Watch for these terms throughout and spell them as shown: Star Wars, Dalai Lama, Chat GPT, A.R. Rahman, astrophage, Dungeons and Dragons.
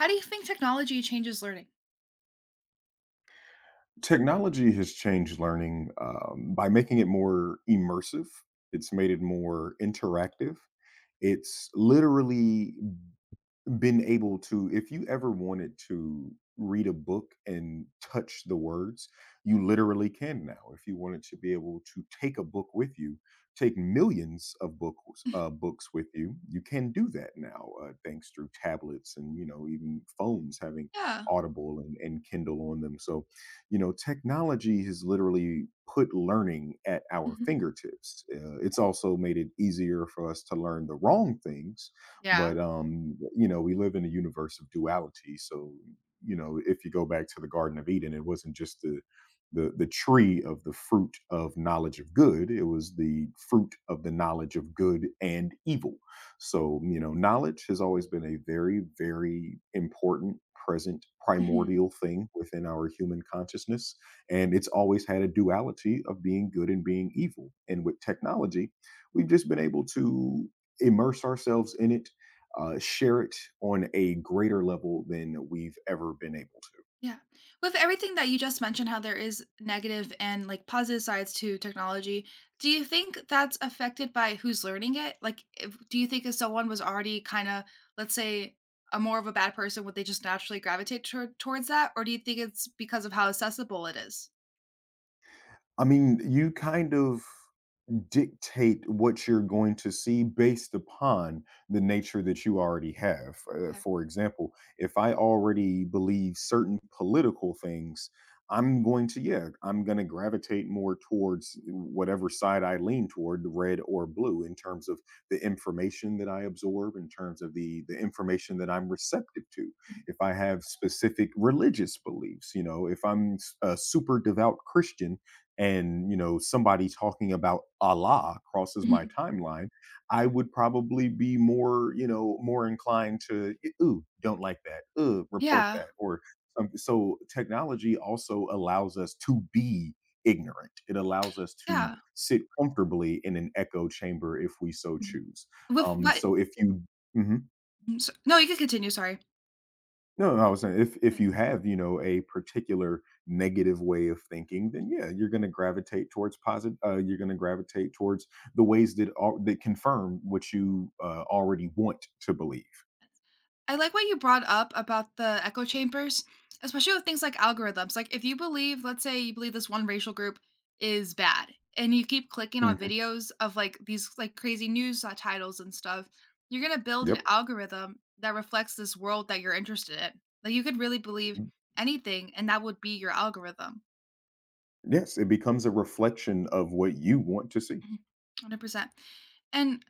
How do you think technology changes learning? Technology has changed learning by making it more immersive. It's made it more interactive. It's literally been able to, if you ever wanted to read a book and touch the words, you literally can now. If you wanted to be able to take a book with you, take millions of books, books with you, you can do that now, thanks, through tablets and you know even phones having Yeah. audible and kindle on them. So you know technology has literally put learning at our Mhm. fingertips. It's also made it easier for us to learn the wrong things, Yeah. but you know, we live in a universe of duality. So you know, if you go back to the Garden of Eden, it wasn't just the the tree of the fruit of knowledge of good; it was the fruit of the knowledge of good and evil. So you know, knowledge has always been a very important present Mhm. primordial thing within our human consciousness, and it's always had a duality of being good and being evil. And with technology, we've just been able to immerse ourselves in it, share it on a greater level than we've ever been able to. Yeah. With everything that you just mentioned, how there is negative and like positive sides to technology, do you think that's affected by who's learning it? Like, if, do you think if someone was already kind of, let's say, a more of a bad person, would they just naturally gravitate towards that? Or do you think it's because of how accessible it is? I mean, you kind of dictate what you're going to see based upon the nature that you already have. Okay. For example, if I already believe certain political things, I'm going to, yeah, I'm going to gravitate more towards whatever side I lean toward, the red or blue, in terms of the information that I absorb, in terms of the information that I'm receptive to. If I have specific religious beliefs, you know, if I'm a super devout Christian, and you know somebody talking about Allah crosses my Mhm. timeline, I would probably be more, you know, more inclined to, "E, ooh, don't like that, ooh, report Yeah. that," or so technology also allows us to be ignorant. It allows us to Yeah. sit comfortably in an echo chamber if we so Mhm. choose. With what? So if you Mhm. No, you can continue. Sorry. No, no, I was saying if you have, you know, a particular negative way of thinking, then yeah, you're going to gravitate towards positive. You're going to gravitate towards the ways that that confirm what you already want to believe. I like what you brought up about the echo chambers, especially with things like algorithms. Like if you believe, let's say you believe this one racial group is bad and you keep clicking on Hmm. videos of like these like crazy news titles and stuff, you're going to build an Yep. algorithm that reflects this world that you're interested in. Like you could really believe Mm. anything and that would be your algorithm. Yes, it becomes a reflection of what you want to see. Mhm. 100%. And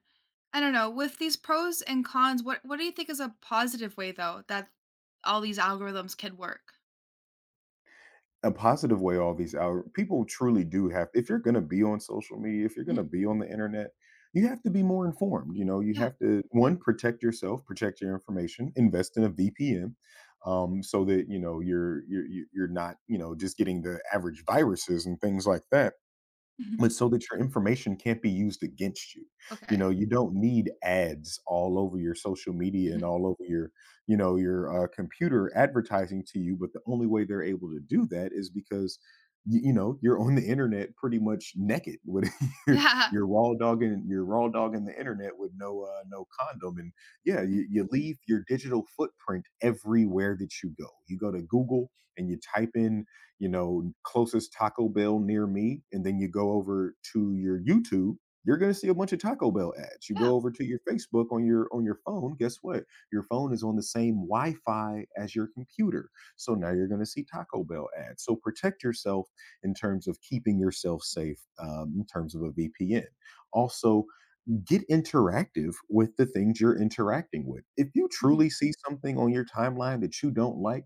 I don't know, with these pros and cons, what do you think is a positive way though that all these algorithms can work? A positive way, all these out people truly do have. If you're going to be on social media, if you're going to Mhm. be on the internet, you have to be more informed. You know, you Yeah. have to, one, protect yourself, protect your information, invest in a vpn, so that you know you're not, you know, just getting the average viruses and things like that, Mhm. but so that your information can't be used against you. You Okay. know, you don't need ads all over your social media and Mhm. all over your, you know, your, computer advertising to you. But the only way they're able to do that is because y you know, you're on the internet pretty much naked with your are Yeah. raw dogging. You're raw dogging the internet with no, no condom. And yeah, Mhm. you leave your digital footprint everywhere that you go. You go to Google and you type in, you know, closest Taco Bell near me, and then you go over to your YouTube, you're going to see a bunch of Taco Bell ads. You go Yeah. over to your Facebook on your phone, guess what? Your phone is on the same Wi-Fi as your computer. So now you're going to see Taco Bell ads. So protect yourself in terms of keeping yourself safe, in terms of a VPN. Also, get interactive with the things you're interacting with. If you Mhm. truly see something on your timeline that you don't like,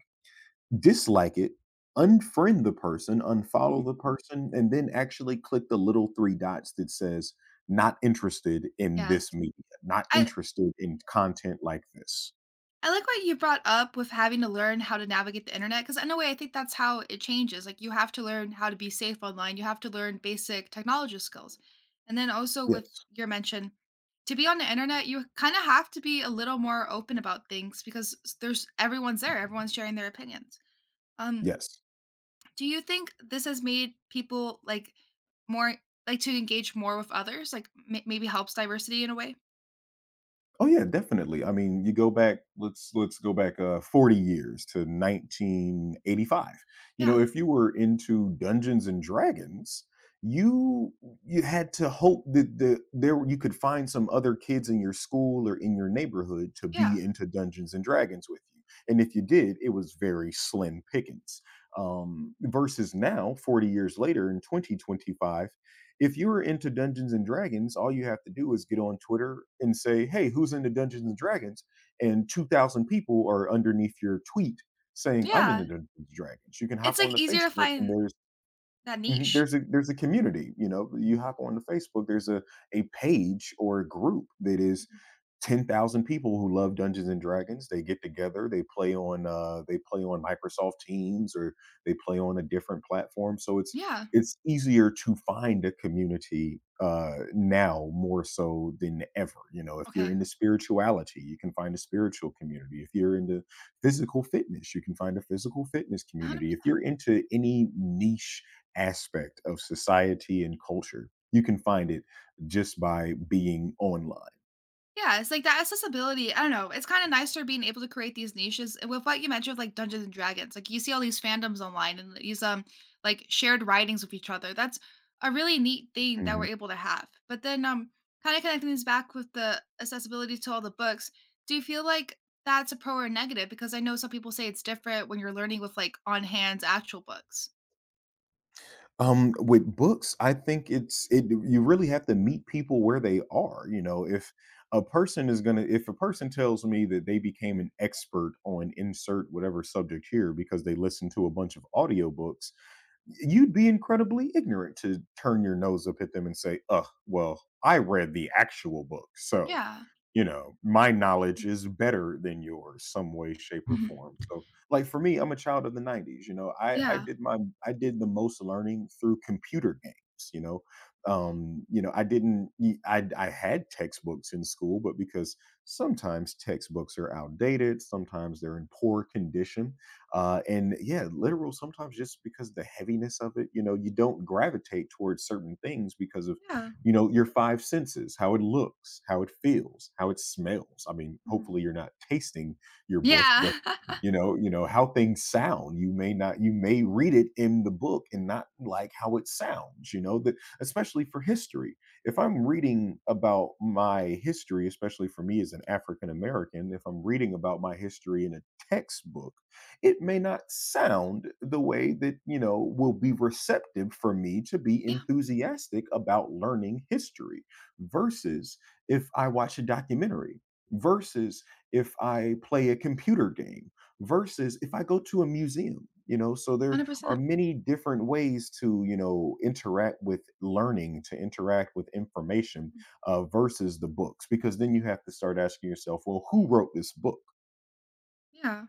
dislike it, unfriend the person, unfollow Mhm. the person, and then actually click the little 3 dots that says, "Not interested in Yes. this media, not I interested in content like this." I like what you brought up with having to learn how to navigate the internet. Because in a way, I think that's how it changes, like, you have to learn how to be safe online, you have to learn basic technology skills. And then also with Yes, your mention, to be on the internet, you kinda have to be a little more open about things because s there's everyone's there, everyone's sharing their opinions. Um, yes. do you think this has made people like more like to engage more with others? Like maybe helps diversity in a way? Oh yeah, definitely. I mean, you go back, let's go back, 40 years to 1985. You know, Yeah. if you were into Dungeons & and Dragons, you had to hope that the there you could find some other kids in your school or in your neighborhood to be Yeah. into Dungeons & and Dragons with you, and if you did, it was very slim pickings. Versus now, 40 years later in 2025, if you're into Dungeons and Dragons, all you have to do is get on Twitter and say, "Hey, who's into Dungeons and Dragons?" and 2,000 people are underneath your tweet saying, "I'm Yeah. into Dungeons and Dragons." You can hop It's on like the easier to Facebook and find there's that mhm, niche. There's a community, you know. Mhm. You hop on the Facebook, there's a page or a group that is Mhm. 10,000 people who love Dungeons and Dragons. They get together, they play on Microsoft Teams or they play on a different platform. So it's Yeah. Easier to find a community now more so than ever. You know, if you're Okay. into spirituality, you can find a spiritual community. If you're into physical fitness, you can find a physical fitness community. If 100%. you're into any niche aspect of society and culture, you can find it just by being online. Yeah, it's like that accessibility. I don't know. It's kind of nicer being able to create these niches and with what you mentioned, with, like Dungeons and Dragons. Like you see all these fandoms online and these like shared writings with each other. That's a really neat thing that we're Mhm. able to have. But then kind of connecting this back with the accessibility to all the books. Do you feel like that's a pro or negative? Because I know some people say it's different when you're learning with like on hands actual books. With books, I think it's it you really have to meet people where they are. You know, if a person is going to if a person tells me that they became an expert on insert whatever subject here because they listened to a bunch of audiobooks, you'd be incredibly ignorant to turn your nose up at them and say, "Ugh, well, I read the actual book, so Yeah. you know my knowledge is better than yours, some way, shape, or Mhm. form." So, like for me, I'm a child of the '90s. You know, I Yeah. did my I did the most learning through computer games. Okay. You know, I didn't. Y- I had textbooks in school, but because sometimes textbooks are outdated, sometimes they're in poor condition, and yeah, literal sometimes just because the heaviness of it. You know, you don't gravitate towards certain things because of, Yeah. you know, your five senses, how it looks, how it feels, how it smells. I mean, Mhm. hopefully you're not tasting your book, Yeah. but you know how things sound. You may not, you may read it in the book and not like how it sounds. You know that, especially for history. If I'm reading about my history, especially for me as an African American, if I'm reading about my history in a textbook, it may not sound the way that you know will be receptive for me to be yeah. enthusiastic about learning history versus if I watch a documentary, versus if I play a computer game, versus if I go to a museum. You know, so there Hundred are percent. many different ways to, you know, interact with learning, to interact with information, versus the books, because then you have to start asking yourself, well, who wrote this book? Yeah.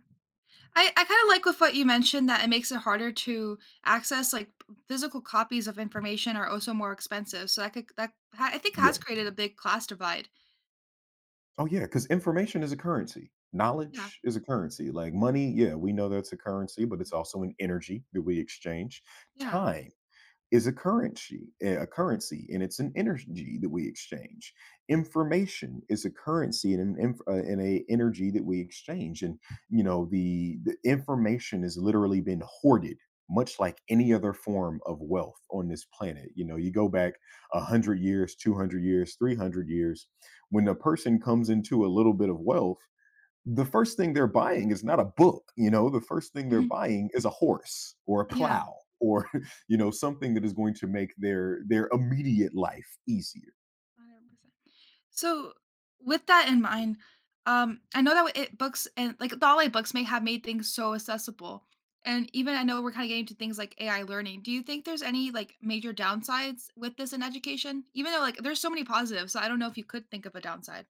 I kind of like with what you mentioned that it makes it harder to access like physical copies of information are also more expensive. So that could I think Yeah. has created a big class divide. Oh, yeah, because information is a currency. Yeah, Knowledge is a currency. Like, money, yeah, we know that's a currency, but it's also an energy that we exchange. yeah, Time is a currency, and it's an energy that we exchange. Information is a currency and and a energy that we exchange. And you know, the information has literally been hoarded, much like any other form of wealth on this planet. You know, you go back 100 years, 200 years, 300 years, when a person comes into a little bit of wealth, the first thing they're buying is not a book. You know, the first thing they're hmm, buying is a horse or a yeah, plow, or you know something that is going to make their immediate life easier. 100%. So with that in mind, I know that it books and like the online books may have made things so accessible, and even I know we're kind of getting to things like AI learning. Do you think there's any like major downsides with this in education? Even though like there's so many positives, so I don't know if you could think of a downside.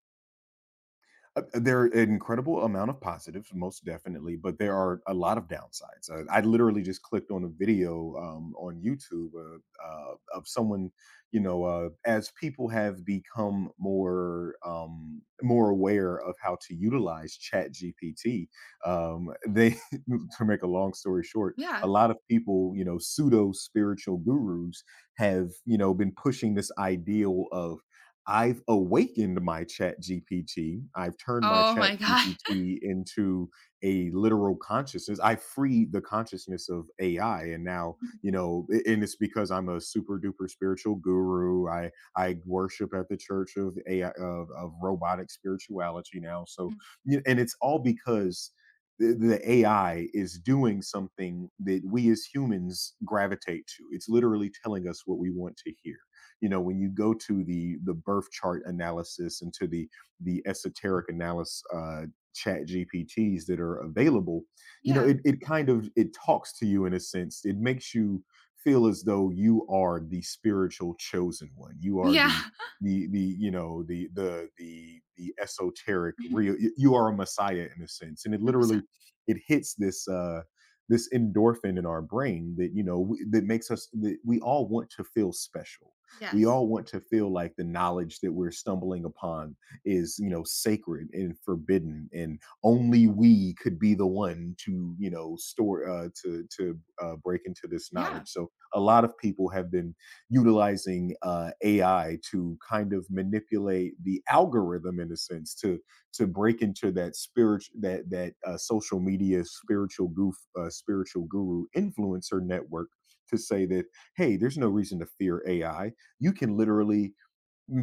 There are an incredible amount of positives, most definitely, but there are a lot of downsides. I literally just clicked on a video on YouTube, of someone, you know, as people have become more more aware of how to utilize Chat GPT, they, to make a long story short, a Yeah. lot of people, you know, pseudo spiritual gurus have, you know, been pushing this ideal of, I've awakened my chat GPT. I've turned my Oh my chat god. GPT into a literal consciousness. I freed the consciousness of AI. And now, you know, and it's because I'm a super duper spiritual guru. I worship at the church of AI, of robotic spirituality now. So, and it's all because the AI is doing something that we as humans gravitate to. It's literally telling us what we want to hear. You know, when you go to the birth chart analysis and to the esoteric analysis, chat gpts that are available, you know, Yeah. it kind of it talks to you, in a sense it makes you feel as though you are the spiritual chosen one, you are Yeah. the you know the esoteric real, you are a messiah in a sense. And it literally 100%. it hits this this endorphin in our brain that, you know, that makes us, that we all want to feel special. We Yes. all want to feel like the knowledge that we're stumbling upon is, you know, sacred and forbidden, and only we could be the one to, you know, store to break into this Yeah. knowledge. So a lot of people have been utilizing ai to kind of manipulate the algorithm, in a sense, to break into that spirit, that social media spiritual goof spiritual guru influencer network, to say that, hey, there's no reason to fear ai. You can literally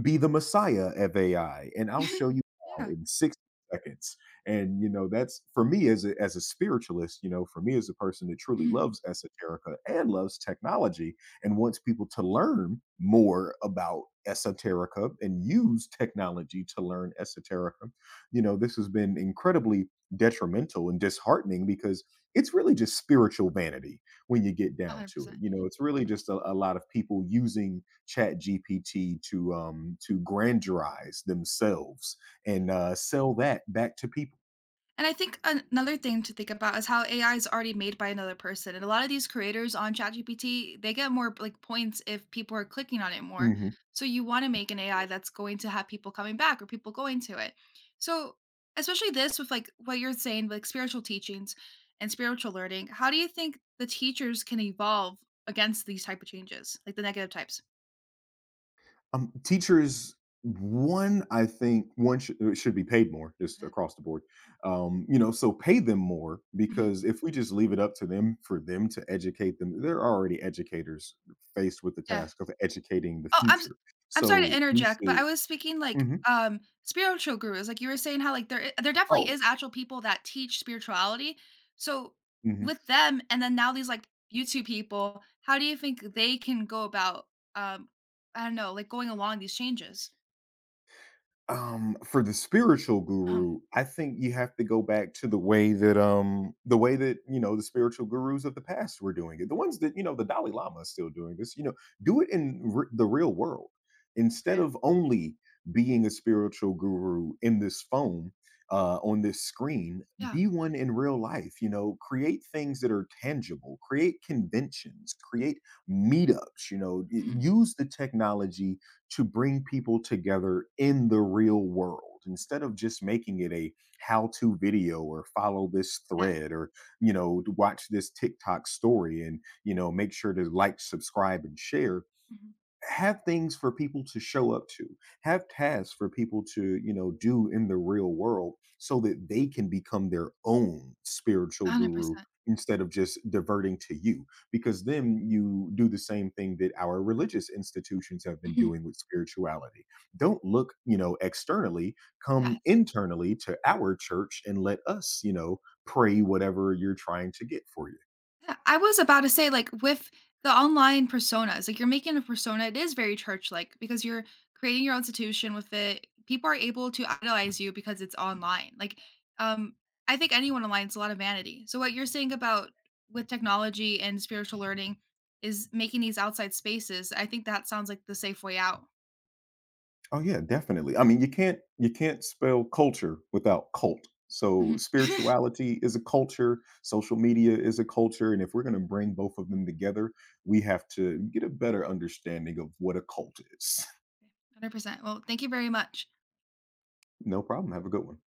be the messiah of AI, and I'll show you how Yeah. in 60 seconds. And you know, that's for me as a spiritualist. You know, for me as a person that truly Mhm. loves esoterica and loves technology and wants people to learn more about esoterica and use technology to learn esoterica, you know, this has been incredibly detrimental and disheartening because it's really just spiritual vanity when you get down to it. 100%. You know, it's really just a lot of people using Chat GPT to grandiorize themselves and sell that back to people. And I think another thing to think about is how AI is already made by another person. And a lot of these creators on ChatGPT, they get more like points if people are clicking on it more. Hmm. So you want to make an AI that's going to have people coming back or people going to it. So especially this with like what you're saying, like spiritual teachings and spiritual learning, how do you think the teachers can evolve against these type of changes, like the negative types? Teachers, one, I think one should be paid more, just Okay. across the board. You know, so pay them more, Mhm. because if we just leave it up to them for them to educate them, they're already educators faced with the Yeah. task of educating the Oh, I'm s future. I'm sorry to So we interject, but should. I was speaking, like, Mhm. Spiritual gurus, like, you were saying how, like, there definitely Oh. is actual people that teach spirituality. So, Mhm. with them and then now these, like, YouTube people, how do you think they can go about, um, I don't know, like, going along these changes? For the spiritual Um, guru, I think you have to go back to the way that, um, the way that, you know, the spiritual gurus of the past were doing it. The ones that, you know, the Dalai Lama is still doing this. You know, do it in the real world instead okay. of only being a spiritual guru in this phone, on this screen. Yeah. Be one in real life. You know, create things that are tangible. Create conventions. Create meetups. You know, Mhm. use the technology to bring people together in the real world, instead of just making it a how to video, or follow this Yeah. thread, or, you know, watch this TikTok story and, you know, make sure to like, subscribe and share. Mhm, Have things for people to show up to, have tasks for people to, you know, do in the real world, so mhm. that they can become their own spiritual guru, 100%. instead of just diverting to you. Because then you do the same thing that our religious institutions have been Mhm. doing with spirituality. Don't look, you know, externally, Yeah. come internally to our church and let us, you know, pray whatever you're trying to get for you. Yeah, I was about to say, like, with the online personas, like, you're making a persona. It is very church-like because you're creating your own institution with it. People are able to idolize you because it's online. Like, um, I think anyone online is a lot of vanity. So what you're saying about with technology and spiritual learning is making these outside spaces. I think that sounds like the safe way out. Oh yeah, definitely. I mean, you can't spell culture without cult. So Mhm. spirituality is a culture, social media is a culture, and if we're going to bring both of them together, we have to get a better understanding of what a cult is. 100%. Well, thank you very much. No problem. Have a good one.